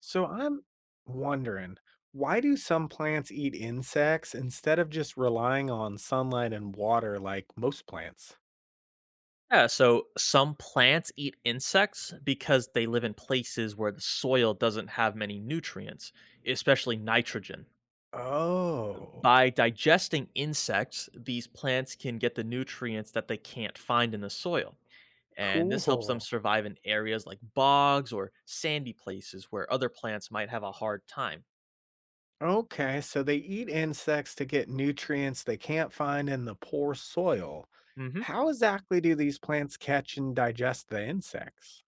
So I'm wondering, why do some plants eat insects instead of just relying on sunlight and water like most plants? Yeah, so some plants eat insects because they live in places where the soil doesn't have many nutrients, especially nitrogen. Oh, By digesting insects, these plants can get the nutrients that they can't find in the soil. And this helps them cool. survive in areas like bogs or sandy places where other plants might have a hard time. Okay, so they eat insects to get nutrients they can't find in the poor soil. Hmm. How exactly do these plants catch and digest the insects?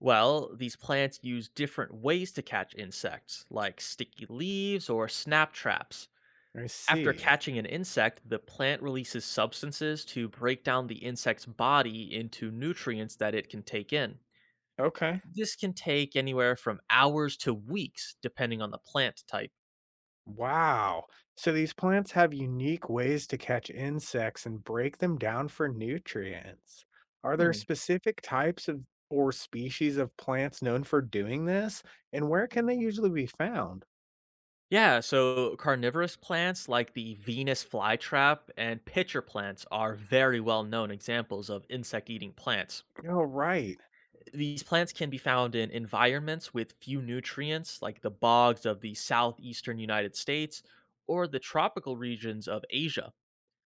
Well, these plants use different ways to catch insects, like sticky leaves or snap traps. I After see. catching an insect, the plant releases substances to break down the insect's body into nutrients that it can take in. Okay. This can take anywhere from hours to weeks, depending on the plant type. Wow. So these plants have unique ways to catch insects and break them down for nutrients. Are there Hmm. specific types of or species of plants known for doing this? And where can they usually be found? Yeah, so carnivorous plants like the Venus flytrap and pitcher plants are very well known examples of insect eating plants. Oh, right. These plants can be found in environments with few nutrients, like the bogs of the southeastern United States or the tropical regions of Asia.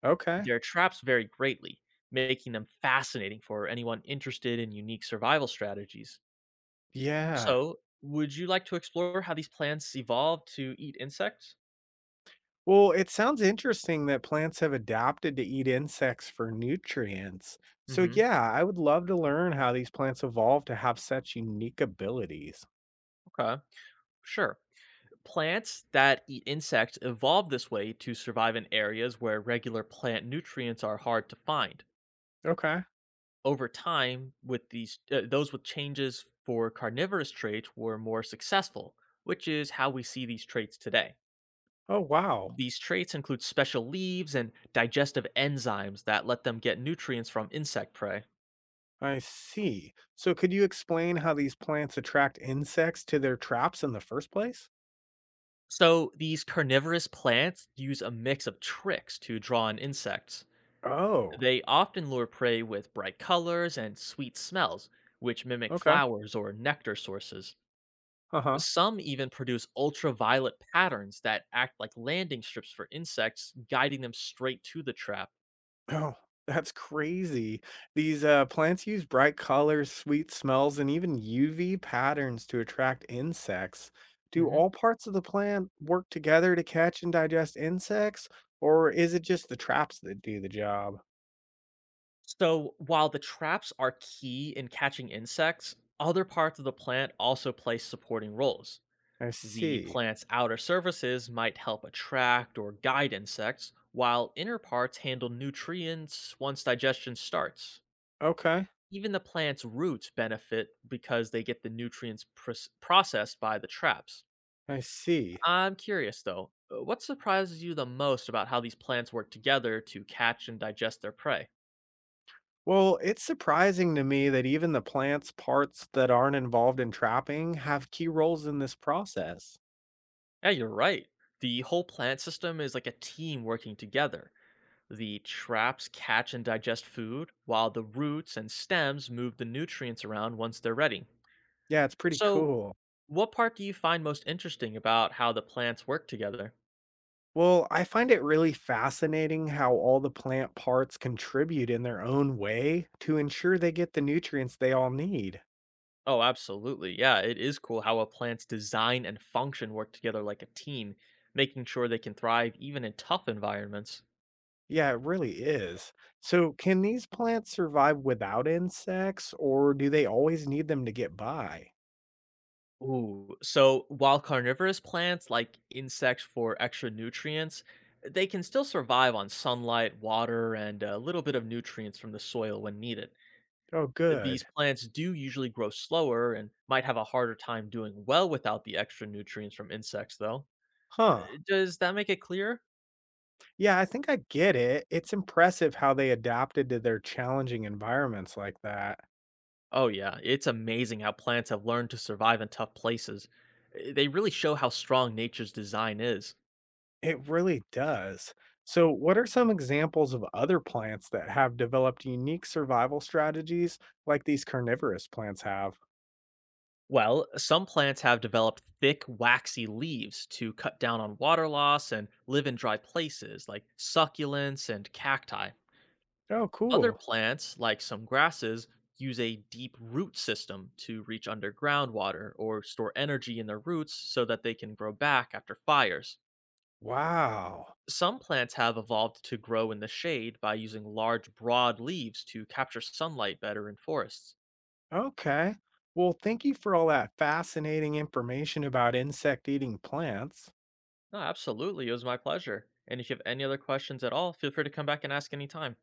Okay. Their traps vary greatly, making them fascinating for anyone interested in unique survival strategies. Yeah. So, would you like to explore how these plants evolved to eat insects? Well, it sounds interesting that plants have adapted to eat insects for nutrients. So, Hmm. yeah, I would love to learn how these plants evolved to have such unique abilities. Okay, sure. Plants that eat insects evolved this way to survive in areas where regular plant nutrients are hard to find. Okay. Over time, those with changes for carnivorous traits were more successful, which is how we see these traits today. Oh, wow. These traits include special leaves and digestive enzymes that let them get nutrients from insect prey. I see. So could you explain how these plants attract insects to their traps in the first place? So, these carnivorous plants use a mix of tricks to draw in insects. Oh, They often lure prey with bright colors and sweet smells, which mimic okay. flowers or nectar sources. Uh-huh. Some even produce ultraviolet patterns that act like landing strips for insects, guiding them straight to the trap. Oh, that's crazy. These plants use bright colors, sweet smells, and even UV patterns to attract insects. Do Mhm. all parts of the plant work together to catch and digest insects, or is it just the traps that do the job? So while the traps are key in catching insects, other parts of the plant also play supporting roles. I The see. plant's outer surfaces might help attract or guide insects, while inner parts handle nutrients once digestion starts. Okay, Even the plant's roots benefit because they get the nutrients processed by the traps. I see. I'm curious though, what surprises you the most about how these plants work together to catch and digest their prey? Well, it's surprising to me that even the plant's parts that aren't involved in trapping have key roles in this process. Yeah, you're right. The whole plant system is like a team working together. The traps catch and digest food, while the roots and stems move the nutrients around once they're ready. Yeah, it's pretty So, cool. what part do you find most interesting about how the plants work together? Well, I find it really fascinating how all the plant parts contribute in their own way to ensure they get the nutrients they all need. Oh, absolutely. Yeah, it is cool how a plant's design and function work together like a team, making sure they can thrive even in tough environments. Yeah, it really is. So, can these plants survive without insects, or do they always need them to get by? Ooh, so while carnivorous plants like insects for extra nutrients, they can still survive on sunlight, water, and a little bit of nutrients from the soil when needed. Oh, These good. plants do usually grow slower and might have a harder time doing well without the extra nutrients from insects, though. Huh. Does that make it clear? Yeah, I think I get it. It's impressive how they adapted to their challenging environments like that. Oh, yeah, it's amazing how plants have learned to survive in tough places. They really show how strong nature's design is. It really does. So, what are some examples of other plants that have developed unique survival strategies like these carnivorous plants have? Well, some plants have developed thick, waxy leaves to cut down on water loss and live in dry places like succulents and cacti. Oh, Other cool. plants, like some grasses, use a deep root system to reach underground water or store energy in their roots so that they can grow back after fires. Wow. Some plants have evolved to grow in the shade by using large, broad leaves to capture sunlight better in forests. Okay. Well, thank you for all that fascinating information about insect eating plants. No, absolutely. It was my pleasure. And if you have any other questions at all, feel free to come back and ask anytime.